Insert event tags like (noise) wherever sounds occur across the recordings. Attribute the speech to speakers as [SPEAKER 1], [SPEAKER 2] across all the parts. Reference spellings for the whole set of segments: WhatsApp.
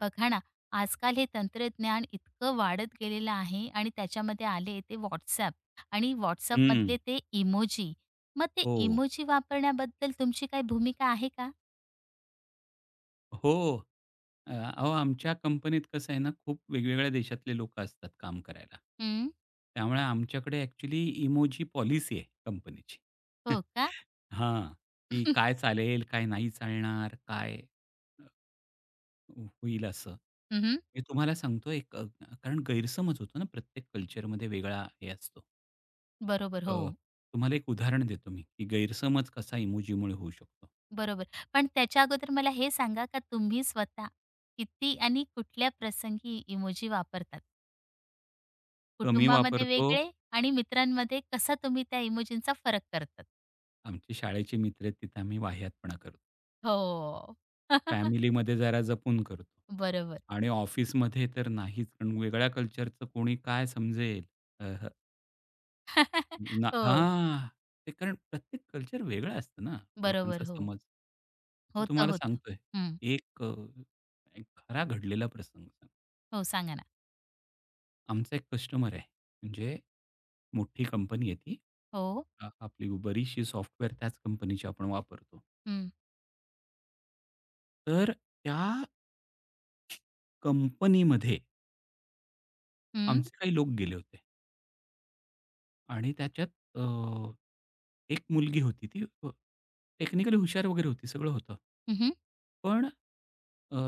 [SPEAKER 1] बघा ना, आजकाल हे तंत्रज्ञान इतकं वाढत गेलेलं आहे आणि त्याच्यामध्ये आले ते WhatsApp आणि
[SPEAKER 2] हं.
[SPEAKER 1] WhatsAppमधले ते इमोजी. मग ते
[SPEAKER 2] हो.
[SPEAKER 1] इमोजी वापरण्याबद्दल तुमची काही भूमिका आहे का?
[SPEAKER 2] हो. अहो आमच्या कंपनीत कसं आहे ना, खूप वेगवेगळ्या देशातले लोकं असतात काम करायला.
[SPEAKER 1] हं,
[SPEAKER 2] त्यामुळे आमच्याकडे ॲक्चुअली इमोजी पॉलिसी आहे कंपनीची.
[SPEAKER 1] हो
[SPEAKER 2] (laughs)
[SPEAKER 1] का?
[SPEAKER 2] हां, की काय
[SPEAKER 1] (laughs)
[SPEAKER 2] चालेल, काय नाही चालणार, काय होईल असं.
[SPEAKER 1] हं.
[SPEAKER 2] मी तुम्हाला सांगतो एक. कारण गैरसमज होतो ना, प्रत्येक कल्चरमध्ये वेगळा हे असतो.
[SPEAKER 1] बरोबर,
[SPEAKER 2] अ,
[SPEAKER 1] हो.
[SPEAKER 2] तुम्हाला एक उदाहरण देतो मी, की गैरसमज कसा इमोजीमुळे होऊ शकतो.
[SPEAKER 1] बरोबर. पण त्याच्या अगोदर मला हे सांगा का तुम्ही स्वतः किती आणि कुठल्या प्रसंगी इमोजी वापरतात?
[SPEAKER 2] कमी
[SPEAKER 1] कुटुंबामध्ये
[SPEAKER 2] वापरतो.
[SPEAKER 1] वेगळे आणि मित्रांमध्ये कसा तुम्ही त्या इमोजींचा फरक करतात?
[SPEAKER 2] आमचे शाळेचे मित्र आहेत तिथे आम्ही वाह्यातपणा करतो.
[SPEAKER 1] हो. (laughs)
[SPEAKER 2] फॅमिलीमध्ये जरा जपून करतो.
[SPEAKER 1] बरोबर.
[SPEAKER 2] आणि ऑफिसमध्ये तर नाहीच. कारण वेगळ्या कल्चरचं कोणी काय समजेल? अ, हं,
[SPEAKER 1] (laughs)
[SPEAKER 2] ना
[SPEAKER 1] हो,
[SPEAKER 2] हां. ते कारण प्रत्येक कल्चर वेगळं असतं ना,
[SPEAKER 1] बरोबर.
[SPEAKER 2] लोकांचा
[SPEAKER 1] हो.
[SPEAKER 2] समज. तर
[SPEAKER 1] होतं,
[SPEAKER 2] तुम्हाला
[SPEAKER 1] होतं.
[SPEAKER 2] सांगतोय,
[SPEAKER 1] हं.
[SPEAKER 2] एक अ, एक खरा घडलेला प्रसंग. सांगतो.
[SPEAKER 1] हो, सांगा ना.
[SPEAKER 2] आमचा एक कस्टमर आहे. म्हणजे मोठी कंपनी आहे ती.
[SPEAKER 1] हो.
[SPEAKER 2] आपली बरीचशी सॉफ्टवेअर त्याच कंपनीची आपण वापरतो.
[SPEAKER 1] हं.
[SPEAKER 2] तर त्या कंपनीमध्ये
[SPEAKER 1] हं.
[SPEAKER 2] आमचे काही लोक गेले होते आणि त्याच्यात अ, एक मुलगी होती टेक्निकली हुशार वगैरे होती, सगळं होतं.
[SPEAKER 1] हं,
[SPEAKER 2] पण अ,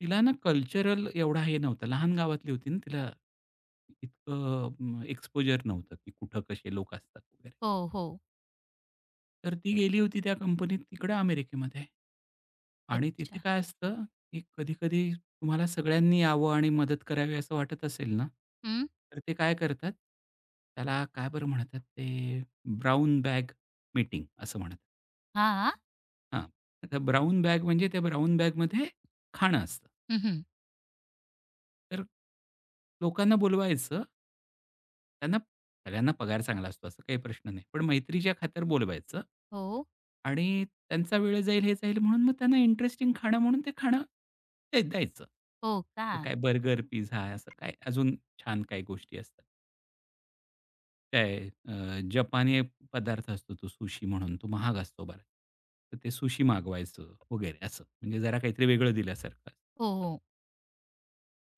[SPEAKER 2] तिला ना कल्चरल एवढा हे नव्हता. लहान गावातली होती ना, तिला इतकं एक्सपोजर नव्हतं, की कुठं कसे लोक असतात वगैरे.
[SPEAKER 1] हो, हो.
[SPEAKER 2] तर ती गेली होती त्या कंपनीत तिकडे अमेरिकेमध्ये. आणि तिथे
[SPEAKER 1] अच्छा.
[SPEAKER 2] काय असतं, की कधी-कधी तुम्हाला सगळ्यांनी यावं आणि मदत करावी असं वाटत असेल ना,
[SPEAKER 1] हं.
[SPEAKER 2] तर ते काय करतात, त्याला काय बरं म्हणतात ते ब्राउन बॅग मीटिंग असं म्हणतात.
[SPEAKER 1] हां.
[SPEAKER 2] हां, तर ब्राउन बॅग म्हणजे त्या ब्राउन बॅगमध्ये खाणं असतं.
[SPEAKER 1] हं,
[SPEAKER 2] तर लोकांना बोलवायचं त्यांना सगळ्यांना पगार चांगला असतो असं काही प्रश्न नाही. पण मैत्रीच्या खातिर बोलवायचं
[SPEAKER 1] हो.
[SPEAKER 2] आणि त्यांचा वेळ जाईल, हे जाईल म्हणून मग त्यांना इंटरेस्टिंग खाणं म्हणून ते खाणं ते द्यायचं.
[SPEAKER 1] हो का?
[SPEAKER 2] मग काय बर्गर, पिझ्झा असं काय अजून छान काही गोष्टी असतात. काय जपानी पदार्थ असतो तो सुशी म्हणून तो महाग असतो बराच. तर ते सुशी मागवायचं वगैरे असं. म्हणजे जरा काहीतरी वेगळं दिल्यासारखं.
[SPEAKER 1] हो, हो.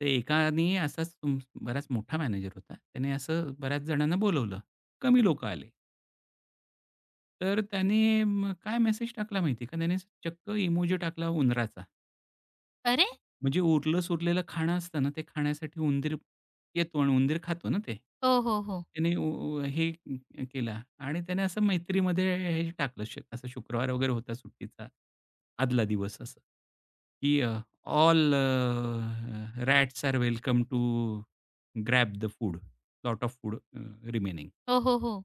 [SPEAKER 2] ते एकाने असाच बराच मोठा मॅनेजर होता. त्याने असं बऱ्याच जणांना बोलवलं. कमी लोकं आले. तर त्याने मग काय मेसेज टाकला माहिती का? त्याने चक्क इमोजी टाकला उंदराचा.
[SPEAKER 1] अरे!
[SPEAKER 2] म्हणजे उरलं-सुरलेलं खाणं असतं ना, ते खाण्यासाठी उंदीर येतो आणि उंदीर खातो ना ते.
[SPEAKER 1] हो, हो, हो.
[SPEAKER 2] त्याने उ हे केला आणि त्याने असं मैत्रीमध्ये हे टाकलं. असं शुक्रवार वगैरे होता सुट्टीचा, आदला दिवस असं, की "all rats are welcome to grab the food, lot of food remaining."
[SPEAKER 1] हो, हो, हो.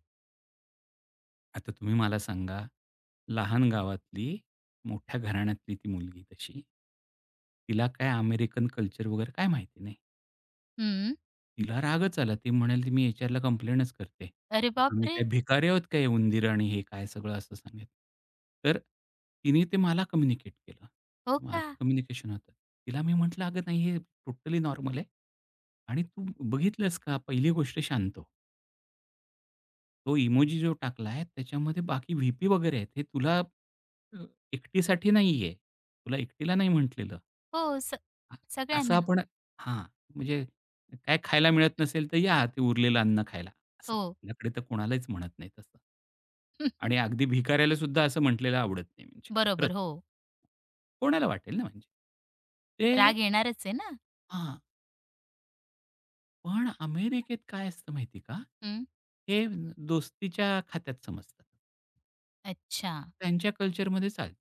[SPEAKER 2] आता तुम्ही मला सांगा, लहान गावातली, मोठ्या घराण्यातली ती मुलगी तशी, तिला काय अमेरिकन कल्चर वगैरे काय माहिती नाही.
[SPEAKER 1] हं.
[SPEAKER 2] तिला रागच आला. ती म्हणाली, "मी एचआरला कंप्लेंटच करते.
[SPEAKER 1] अरे
[SPEAKER 2] आम्ही काय
[SPEAKER 1] बापरे!
[SPEAKER 2] भिकारी आहोत काय उंदीर आणि हे काय सगळं?" असं सांगितलं. तर तिने ते मला कम्युनिकेट केलं.
[SPEAKER 1] हो
[SPEAKER 2] माझं
[SPEAKER 1] का?
[SPEAKER 2] कम्युनिकेशन होतं. तिला मी म्हटलं, "अगं नाही, हे टोटली नॉर्मल आहे आणि तू बघितलंस का? पहिली गोष्ट शांत हो." तो इमोजी जो टाकलाय त्याच्यामध्ये बाकी व्ही-पी वगैरे आहेत. हे तुला एकटीसाठी नाहीये. तुला एकटीला नाही म्हटलेलं.
[SPEAKER 1] हो.
[SPEAKER 2] अ, असं
[SPEAKER 1] सगळ्यांना.
[SPEAKER 2] आपण हां, म्हणजे काय खायला मिळत नसेल तर या ते उरलेलं अन्न खायला. असं
[SPEAKER 1] हो.
[SPEAKER 2] आपल्याकडे तर कोणालाच म्हणत नाही तसं.
[SPEAKER 1] (laughs)
[SPEAKER 2] आणि अगदी भिकाऱ्याला सुद्धा असं म्हटलेलं आवडत नाही म्हणजे खरंच.
[SPEAKER 1] बरोबर. हो.
[SPEAKER 2] कोणाला वाटेल ना म्हणजे. ते
[SPEAKER 1] राग येणारच आहे ना.
[SPEAKER 2] हां, पण अमेरिकेत काय असतं माहिती का?
[SPEAKER 1] हं.
[SPEAKER 2] हे दोस्तीच्या खात्यात समजतं.
[SPEAKER 1] अच्छा.
[SPEAKER 2] त्यांच्या कल्चरमध्ये चालतं.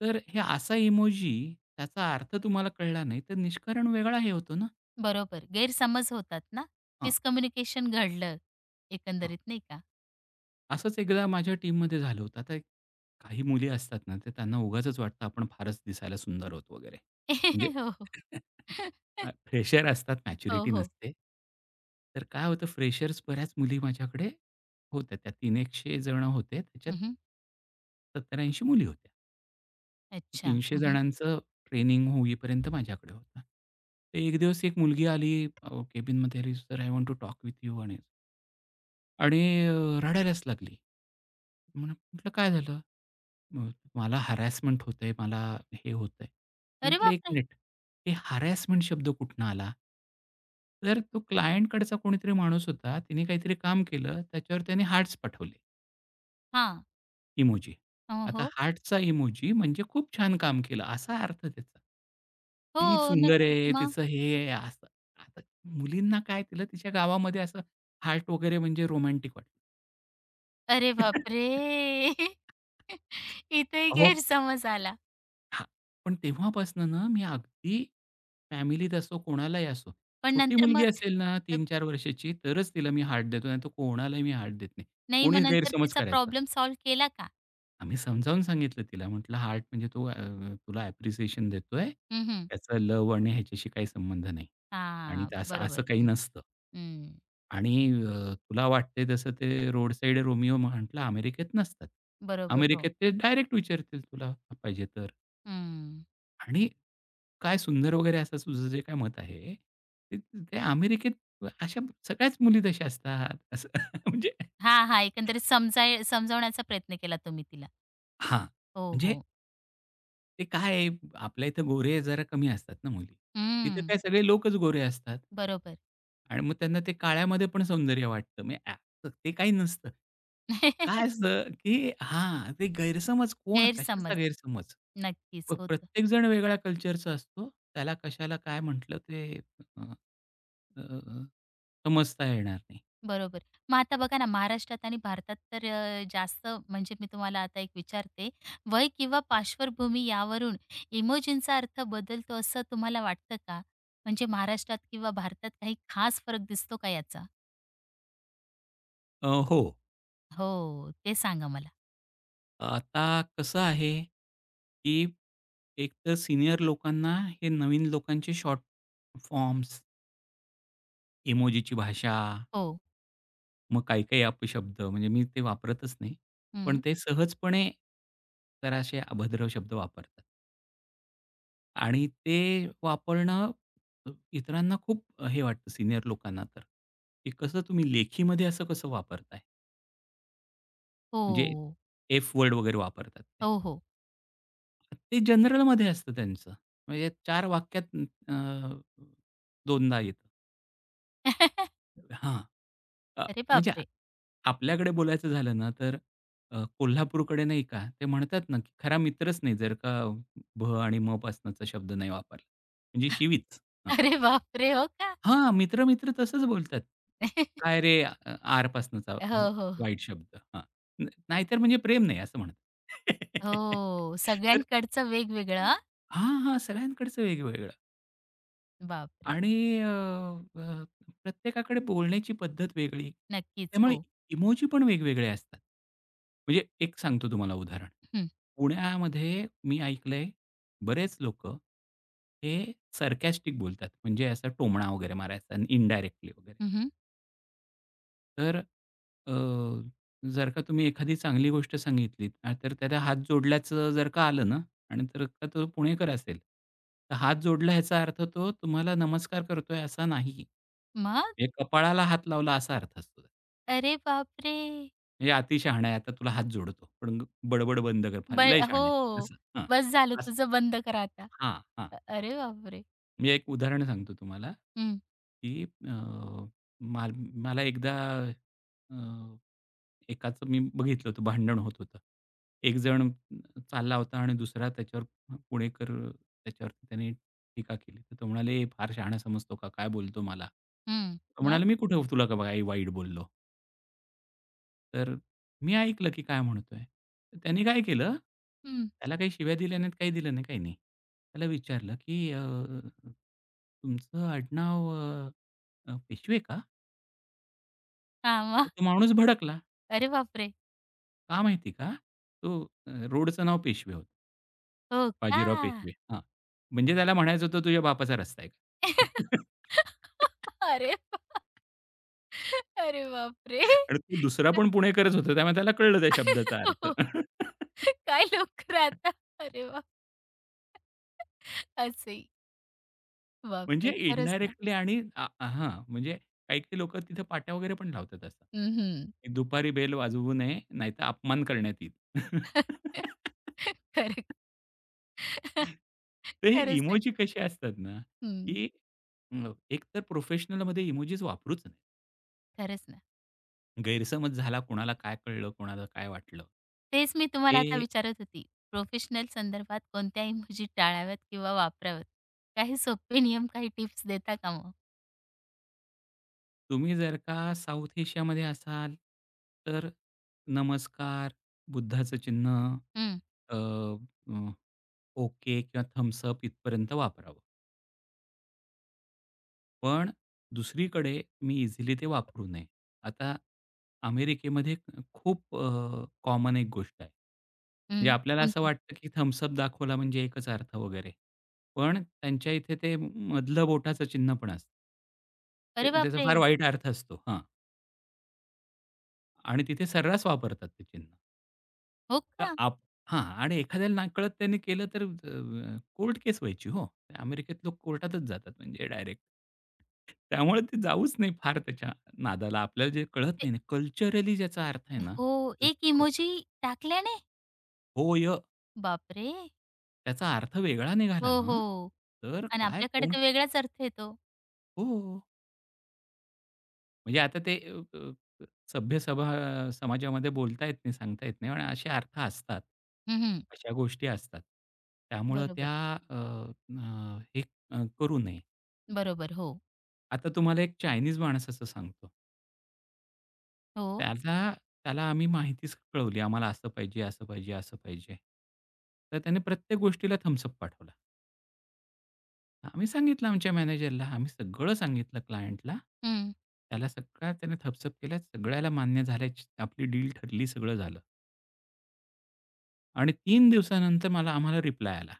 [SPEAKER 2] तर हे असा इमोजी त्याचा अर्थ तुम्हाला कळला नाही, तर निष्कारण वेगळा हे होतो ना.
[SPEAKER 1] बरोबर. गैरसमज होतात ना.
[SPEAKER 2] हां,
[SPEAKER 1] मिसकम्युनिकेशन घडलं
[SPEAKER 2] हां.
[SPEAKER 1] एकंदरीत नाही का?
[SPEAKER 2] असंच एकदा माझ्या टीममध्ये झालं होतं. आता काही मुली असतात ना, तर त्यांना उगाचच वाटतं आपण फारच दिसायला सुंदर आहोत वगैरे. म्हणजे
[SPEAKER 1] (laughs) हो, हो.
[SPEAKER 2] (laughs)
[SPEAKER 1] (laughs)
[SPEAKER 2] फ्रेशर असतात,
[SPEAKER 1] हो,
[SPEAKER 2] मॅच्युरिटी
[SPEAKER 1] हो.
[SPEAKER 2] नसते. तर काय होतं फ्रेशर्स बऱ्याच मुली माझ्याकडे होत्या. त्या 300 जण होते. त्याच्यात
[SPEAKER 1] हं,
[SPEAKER 2] 70-80 मुली होत्या.
[SPEAKER 1] अच्छा.
[SPEAKER 2] 300
[SPEAKER 1] हं, हं.
[SPEAKER 2] जणांचं ट्रेनिंग होईपर्यंत माझ्याकडे होता. तर एक दिवस एक मुलगी आली केबिनमध्ये, "sir, I want to talk with you" आणि आणि अ, रडायलाच लागली. म्हटलं, "काय झालं?" "म मला हॅरॅसमेंट होतंय, मला हे होतंय."
[SPEAKER 1] अरे
[SPEAKER 2] म्हटलं, "एक
[SPEAKER 1] बापरे!
[SPEAKER 2] मिनिट, हे हॅरॅसमेंट शब्द कुठनं आला?" तर तो क्लायंटकडचा कोणीतरी माणूस होता. तिने काहीतरी काम केलं, त्याच्यावर त्याने हार्ट्स पाठवले.
[SPEAKER 1] हां.
[SPEAKER 2] इमोजी.
[SPEAKER 1] हो,
[SPEAKER 2] आता
[SPEAKER 1] हो.
[SPEAKER 2] हार्टचा इमोजी म्हणजे खूप छान काम केलं असा अर्थ त्याचा. ती
[SPEAKER 1] हो,
[SPEAKER 2] सुंदर
[SPEAKER 1] नक्कीच
[SPEAKER 2] आहे,
[SPEAKER 1] मग.
[SPEAKER 2] तिचं हे आहे असं. आता मुलींना काय तिला तिच्या गावामध्ये असं हार्ट वगैरे म्हणजे रोमॅन्टिक वाटलं.
[SPEAKER 1] अरे बापरे!
[SPEAKER 2] (laughs)
[SPEAKER 1] (laughs) इथेही
[SPEAKER 2] हो.
[SPEAKER 1] गैरसमज आला.
[SPEAKER 2] हां. पण तेव्हापासनं ना मी अगदी फॅमिलीत असो कोणालाही असो,
[SPEAKER 1] पण
[SPEAKER 2] छोटी
[SPEAKER 1] नंतर
[SPEAKER 2] मुलगी
[SPEAKER 1] मग
[SPEAKER 2] असेल ना
[SPEAKER 1] अ,
[SPEAKER 2] 3-4 वर्षाची तरच तिला मी हार्ट देतो नाहीतर
[SPEAKER 1] नाही मग नंतर तिचा प्रॉब्लेम सॉल्व्ह केला का?
[SPEAKER 2] आम्ही समजावून सांगितलं तिला. म्हटलं हार्ट म्हणजे तुला ॲप्रिसिएशन देतोय.
[SPEAKER 1] हं, हं.
[SPEAKER 2] त्याचा लव्ह आणि ह्याच्याशी काही संबंध नाही. आणि
[SPEAKER 1] हां,
[SPEAKER 2] ते असं
[SPEAKER 1] बरोबर.
[SPEAKER 2] असं काही
[SPEAKER 1] हं,
[SPEAKER 2] नसतं.
[SPEAKER 1] हं.
[SPEAKER 2] आणि तुला वाटते तसं ते रोड साइड रोमिओ म्हटलं अमेरिकेत नसतात.
[SPEAKER 1] बरोबर, हो.
[SPEAKER 2] अमेरिकेत ते डायरेक्ट विचारतील तुला पाहिजे तर.
[SPEAKER 1] हं.
[SPEAKER 2] आणि काय सुंदर वगैरे असं तुझं जे काय मत आहे, ते ते अमेरिकेत अशा सगळ्याच मुली तशा असतात असं (laughs) म्हणजे
[SPEAKER 1] हां, हां. एकंदरीत समजावण्याचा प्रयत्न केला तुम्ही तिला.
[SPEAKER 2] हां.
[SPEAKER 1] हो,
[SPEAKER 2] म्हणजे
[SPEAKER 1] हो.
[SPEAKER 2] ते काय आहे, आपल्या इथं गोरे जरा कमी असतात ना मुली. तिथे
[SPEAKER 1] हं.
[SPEAKER 2] काय सगळे लोकच गोरे असतात.
[SPEAKER 1] बरोबर.
[SPEAKER 2] आणि मग त्यांना ते काळ्यामध्ये पण सौंदर्य वाटतं. म्हणजे ते काही नसतं. काय
[SPEAKER 1] (laughs)
[SPEAKER 2] असतं, की हां, ते गैरसमज कोण कशाचा
[SPEAKER 1] गैरसमज.
[SPEAKER 2] गैरसमज?
[SPEAKER 1] नक्कीच
[SPEAKER 2] मग
[SPEAKER 1] होतं.
[SPEAKER 2] प्रत्येक जण वेगळ्या कल्चरचा असतो. त्याला कशाला काय म्हटलं ते अ, अ, समजता येणार नाही.
[SPEAKER 1] बरोबर. मग आता बघा ना, महाराष्ट्रात आणि भारतात तर जास्त म्हणजे मी तुम्हाला आता एक विचारते, वय किंवा पार्श्वभूमी यावरून इमोजींचा अर्थ बदलतो असं तुम्हाला वाटतं का? म्हणजे महाराष्ट्रात किंवा भारतात काही खास फरक दिसतो का याचा?
[SPEAKER 2] हो.
[SPEAKER 1] हो, ते सांगा मला.
[SPEAKER 2] आता कसं आहे, की एक तर सीनियर लोकांना हे नवीन लोकांचे शॉर्ट फॉर्म्स, इमोजीची भाषा,
[SPEAKER 1] हो.
[SPEAKER 2] मग काही-काही अपशब्द म्हणजे मी ते वापरतच नाही. पण
[SPEAKER 1] हं.
[SPEAKER 2] ते सहजपणे जरासे अभद्र शब्द वापरतात आणि ते वापरणं अ, इतरांना खूप हे वाटतं सीनियर लोकांना तर, की कसं तुम्ही लेखीमध्ये असं कसं वापरताय? म्हणजे
[SPEAKER 1] हो.
[SPEAKER 2] एफ वर्ड वगैरे वापरतात ते.
[SPEAKER 1] हो, हो.
[SPEAKER 2] ते जनरलमध्ये असतं त्यांचं. म्हणजे चार वाक्यात अ, दोनदा येतं.
[SPEAKER 1] (laughs)
[SPEAKER 2] हां. अ,
[SPEAKER 1] अरे
[SPEAKER 2] म्हणजे
[SPEAKER 1] बापरे!
[SPEAKER 2] आपल्याकडे बोलायचं झालं ना, तर कोल्हापूरकडे नाही का, ते म्हणतात ना, की खरा मित्रच नाही जर का भ आणि म पासनाचा शब्द नाही वापरला. म्हणजे शिवीच. हां.
[SPEAKER 1] अरे बापरे! हो का?
[SPEAKER 2] हां, मित्र-मित्र तसंच बोलतात. काय
[SPEAKER 1] (laughs)
[SPEAKER 2] रे आर पासनाचा
[SPEAKER 1] हो,
[SPEAKER 2] हो,
[SPEAKER 1] हो.
[SPEAKER 2] वाईट शब्द. हां. न नाहीतर म्हणजे प्रेम नाही असं म्हणतात.
[SPEAKER 1] हो,
[SPEAKER 2] (laughs) तर
[SPEAKER 1] सगळ्यांकडचं वेगवेगळं हां.
[SPEAKER 2] हां, हां. सगळ्यांकडचं वेगवेगळं.
[SPEAKER 1] बापरे!
[SPEAKER 2] आणि अ, अ, प्रत्येकाकडे बोलण्याची पद्धत वेगळी.
[SPEAKER 1] नक्कीच.
[SPEAKER 2] त्यामुळे
[SPEAKER 1] हो.
[SPEAKER 2] इमोजी पण वेगवेगळे असतात. म्हणजे एक सांगतो तुम्हाला उदाहरण.
[SPEAKER 1] हं.
[SPEAKER 2] पुण्यामध्ये मी ऐकलंय बरेच लोक, हे सार्कास्टिक बोलतात. म्हणजे असं टोमणा वगैरे मारायचा इनडायरेक्टली वगैरे.
[SPEAKER 1] हं, हं.
[SPEAKER 2] तर जर का तुम्ही एखादी चांगली गोष्ट सांगितलीत, आ, तर त्याला हात जोडल्याचं जर का आलं ना आणि तर का तो पुणेकर असेल, तर हात जोडला ह्याचा अर्थ तो तुम्हाला नमस्कार करतोय असा नाही.
[SPEAKER 1] मग?
[SPEAKER 2] म्हणजे कपाळाला हात लावला असा अर्थ असतो.
[SPEAKER 1] अरे बापरे!
[SPEAKER 2] म्हणजे "अति शहाणा आहे, आता तुला हात जोडतो. पण बडबड बंद कर. फार
[SPEAKER 1] ब
[SPEAKER 2] लय
[SPEAKER 1] हो.
[SPEAKER 2] शहाणा आहे." असं. हां.
[SPEAKER 1] बस झालं
[SPEAKER 2] असं
[SPEAKER 1] तुझं बंद कर आता.
[SPEAKER 2] हां, हां.
[SPEAKER 1] अरे बापरे!
[SPEAKER 2] मी एक उदाहरण सांगतो तुम्हाला,
[SPEAKER 1] हं,
[SPEAKER 2] की अ, माल मला एकदा एकाचं मी बघितलं होतं भांडण होत होतं. एक जण चालला होता आणि दुसरा त्याच्यावर पुणेकर त्याच्यावरती त्याने टीका केली. तर तो म्हणाले, "ए, फार शहाणा समजतो का? काय बोलतो मला?"
[SPEAKER 1] हं.
[SPEAKER 2] तो
[SPEAKER 1] मग?
[SPEAKER 2] म्हणाला, "मी कुठे तुला का काही वाईट बोललो?" तर मी ऐकलं की काय म्हणतोय. तर त्याने काय केलं,
[SPEAKER 1] हं.
[SPEAKER 2] त्याला काही शिव्या दिल्या नाहीत, काही दिलं नाही, काही नाही. त्याला विचारलं की " तुमचं आडनाव अ, अ, पेशवे का?"
[SPEAKER 1] हां,
[SPEAKER 2] तर
[SPEAKER 1] मग?
[SPEAKER 2] तो माणूस भडकला.
[SPEAKER 1] अरे बापरे!
[SPEAKER 2] का माहिती का? तो रोडचं नाव पेशवे होतं.
[SPEAKER 1] हो का?
[SPEAKER 2] बाजीराव पेशवे. हां. म्हणजे त्याला म्हणायचं होतं, "तुझ्या बापाचा रस्ता आहे का?" (laughs)
[SPEAKER 1] (laughs) अरे बा अरे बापरे!
[SPEAKER 2] आणि तो दुसरा
[SPEAKER 1] (laughs)
[SPEAKER 2] पण पुणेकरच होता. त्यामुळे त्याला कळलं त्या शब्दाचा अर्थ.
[SPEAKER 1] हो.
[SPEAKER 2] (laughs)
[SPEAKER 1] काय लोक राहतात. अरे बापरे! असंही.
[SPEAKER 2] म्हणजे
[SPEAKER 1] बापरे! खरंच ना.
[SPEAKER 2] इनडायरेक्टली आणि आ हां, म्हणजे काही-काही लोकं तिथे पाट्या वगैरे पण लावतात असं.
[SPEAKER 1] हं, हं.
[SPEAKER 2] की दुपारी बेल वाजवू नये, नाहीतर अपमान करण्यात येईल.
[SPEAKER 1] (laughs)
[SPEAKER 2] (laughs)
[SPEAKER 1] खरं
[SPEAKER 2] तर
[SPEAKER 1] खरंच सांग
[SPEAKER 2] इमोजी कसे असतात ना,
[SPEAKER 1] हं.
[SPEAKER 2] की एक तर प्रोफेशनलमध्ये इमोजीज वापरूच
[SPEAKER 1] खरंच ना.
[SPEAKER 2] गैरसमज झाला, कोणाला काय कळलं, कोणाला काय वाटलं.
[SPEAKER 1] तेच मी तुम्हाला आता
[SPEAKER 2] हे
[SPEAKER 1] विचारत होती. प्रोफेशनल संदर्भात कोणत्या इमोजी टाळाव्यात किंवा वापराव्यात? काही सोपे नियम, काही टिप्स देता का मग?
[SPEAKER 2] तुम्ही जर का साउथ एशियामध्ये असाल, तर नमस्कार, बुद्धाचं चिन्ह,
[SPEAKER 1] हं,
[SPEAKER 2] अ, अ, ओके किंवा थम्ब्स अप इथपर्यंत वापरावं. पण दुसरीकडे मी इझिली ते वापरू नये. आता अमेरिकेमध्ये खूप कॉमन एक गोष्ट आहे.
[SPEAKER 1] हं.
[SPEAKER 2] म्हणजे आपल्याला असं
[SPEAKER 1] कोणती?
[SPEAKER 2] वाटतं, की थम्ब्स दाखवला म्हणजे एकच अर्थ वगैरे. पण त्यांच्या इथे ते मधलं बोटाचं चिन्ह पण असतं. ते
[SPEAKER 1] अरे
[SPEAKER 2] त्याचा
[SPEAKER 1] बापरे!
[SPEAKER 2] फार वाईट अर्थ असतो. हां. आणि तिथे सर्रास वापरतात ते चिन्ह.
[SPEAKER 1] हो
[SPEAKER 2] तर
[SPEAKER 1] का?
[SPEAKER 2] आप हां. आणि एखाद्याला नकळत त्यांनी केलं तर कोर्ट केस व्हायची हो. अमेरिकेत लोक कोर्टातच जातात म्हणजे डायरेक्ट. त्यामुळे ते जाऊच नाही फार त्याच्या नादाला. आपल्याला जे कळत
[SPEAKER 1] ते
[SPEAKER 2] नाही ना, कल्चरली ज्याचा अर्थ आहे ना,
[SPEAKER 1] हो, एक
[SPEAKER 2] लोक
[SPEAKER 1] इमोजी टाकल्याने?
[SPEAKER 2] होय
[SPEAKER 1] बापरे!
[SPEAKER 2] त्याचा अर्थ वेगळा निघाला
[SPEAKER 1] हो,
[SPEAKER 2] ना,
[SPEAKER 1] हो.
[SPEAKER 2] तर
[SPEAKER 1] आणि
[SPEAKER 2] काय
[SPEAKER 1] आपल्याकडे
[SPEAKER 2] कोण
[SPEAKER 1] तर वेगळाच अर्थ येतो.
[SPEAKER 2] हो. म्हणजे आता ते सभ्य समाजामध्ये बोलता येत नाही, सांगता येत नाही आणि असे अर्थ असतात.
[SPEAKER 1] हं, हं.
[SPEAKER 2] अशा गोष्टी असतात. त्यामुळं
[SPEAKER 1] बरोबर,
[SPEAKER 2] त्या अ, अ, हे करू नये.
[SPEAKER 1] बरोबर. हो,
[SPEAKER 2] आता तुम्हाला एक चायनीज माणसाचं सांगतो.
[SPEAKER 1] हो.
[SPEAKER 2] त्याला त्याला आम्ही माहितीच कळवली, आम्हाला असं पाहिजे, असं पाहिजे, असं पाहिजे. तर त्याने प्रत्येक गोष्टीला थम्स पाठवला. आम्ही सांगितलं आमच्या मॅनेजरला, आम्ही सगळं सांगितलं क्लायंटला.
[SPEAKER 1] हं.
[SPEAKER 2] त्याला सगळा त्याने थम्स अप सगळ्याला मान्य झाल्याची आपली डील ठरली, सगळं झालं. आणि तीन दिवसानंतर आम्हाला रिप्लाय आला.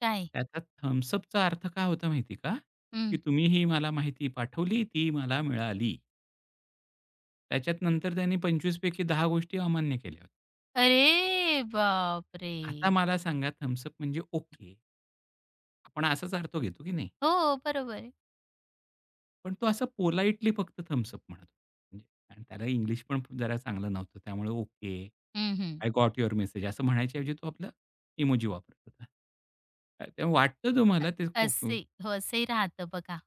[SPEAKER 1] काय?
[SPEAKER 2] त्याचा थम्ब्स अपचा अर्थ काय होता माहिती का?
[SPEAKER 1] हं.
[SPEAKER 2] की तुम्ही ही मला माहिती पाठवली, ती मला मिळाली. त्याच्यात नंतर त्यांनी 25 पैकी 10 गोष्टी अमान्य केल्या होत्या.
[SPEAKER 1] अरे बापरे!
[SPEAKER 2] आता मला सांगा थम्ब्स म्हणजे ओके. आपण असाच अर्थ घेतो की नाही?
[SPEAKER 1] हो, बरोबर आहे.
[SPEAKER 2] पण तो असं पोलाइटली फक्त थम्ब्स म्हणत होता. म्हणजे आणि त्याला इंग्लिश पण जरा चांगलं नव्हतं. त्यामुळे ओके,
[SPEAKER 1] हं, हं.
[SPEAKER 2] आय गॉट युअर मेसेज असं म्हणायच्या तो आपला इमोजी वापरत होता. तेव्हा वाटतं तुम्हाला ते को- को-
[SPEAKER 1] असे हो, असंही राहतं बघा.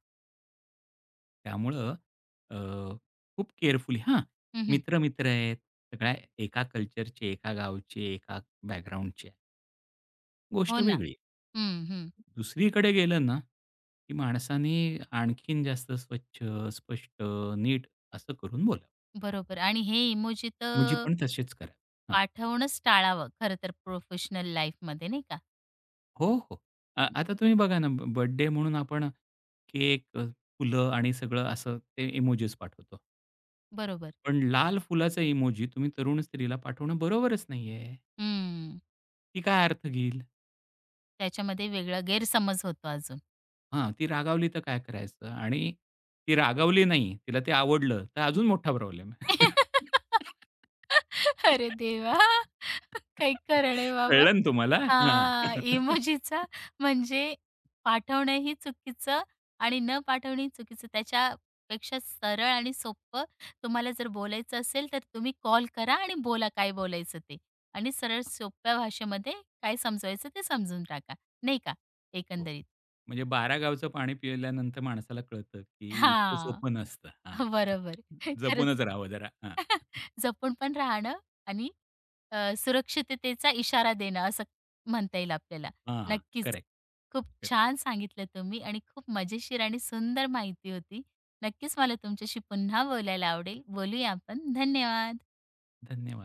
[SPEAKER 2] त्यामुळं अ, खूप केअरफुली हां,
[SPEAKER 1] हं, हं.
[SPEAKER 2] मित्र-मित्र आहेत, सगळ्या एका कल्चरचे, एका गावचे, एका बॅकग्राऊंडचे. गोष्ट
[SPEAKER 1] हो ना.
[SPEAKER 2] वेगळी आहे.
[SPEAKER 1] हं, हं.
[SPEAKER 2] दुसरीकडे गेलं ना, की माणसाने आणखीन जास्त स्वच्छ, स्पष्ट, नीट असं करून बोला,
[SPEAKER 1] बरोबर आणि हे इमोजी
[SPEAKER 2] मुजी
[SPEAKER 1] तर
[SPEAKER 2] पण तसेच करा. हां.
[SPEAKER 1] पाठवणंच टाळावं खरं तर प्रोफेशनल लाईफमध्ये नाही का?
[SPEAKER 2] हो, हो. आ आता तुम्ही बघा ना, बर्थडे म्हणून आपण केक, फुलं आणि सगळं असं ते इमोजीस पाठवतो.
[SPEAKER 1] बरोबर.
[SPEAKER 2] पण लाल फुलाचा इमोजी तुम्ही तरुण स्त्रीला पाठवणं बरोबरच नाहीये.
[SPEAKER 1] हं.
[SPEAKER 2] ती काय अर्थ घेईल?
[SPEAKER 1] त्याच्यामध्ये वेगळा गैरसमज होतो अजून.
[SPEAKER 2] हां, ती रागावली तर काय करायचं? आणि ती रागावली नाही, तिला ते आवडलं, तर अजून मोठा प्रॉब्लेम आहे.
[SPEAKER 1] (laughs) अरे देवा! काही खरं नाही बाबा.
[SPEAKER 2] कळलं ना तुम्हाला? हां.
[SPEAKER 1] हां, इमोजीचा म्हणजे पाठवणंही चुकीचं आणि न पाठवणंही चुकीचं. त्याच्यापेक्षा सरळ आणि सोपं तुम्हाला जर बोलायचं असेल, तर तुम्ही कॉल करा आणि बोला काय बोलायचं ते आणि सरळ सोप्या भाषेमध्ये काय समजवायचं ते समजून टाका, नाही का
[SPEAKER 2] हो.
[SPEAKER 1] एकंदरीत.
[SPEAKER 2] म्हणजे 12 गावचं पाणी पिल्यानंतर माणसाला कळतं, की इतकं
[SPEAKER 1] हां,
[SPEAKER 2] सोपं नसतं. हां.
[SPEAKER 1] बरोबर. (laughs) खरंच.
[SPEAKER 2] जपूनच राहावं जरा. हां.
[SPEAKER 1] (laughs) जपून पण राहणं आणि सुरक्षिततेचा इशारा देणं असं म्हणता येईल आपल्याला.
[SPEAKER 2] हां,
[SPEAKER 1] नक्कीच.
[SPEAKER 2] करेक्ट.
[SPEAKER 1] खूप
[SPEAKER 2] करेक्ट.
[SPEAKER 1] छान सांगितलं तुम्ही आणि खूप मजेशीर आणि सुंदर माहिती होती. नक्कीच मला तुमच्याशी पुन्हा बोलायला आवडेल. बोलूया आपण. धन्यवाद.
[SPEAKER 2] धन्यवाद.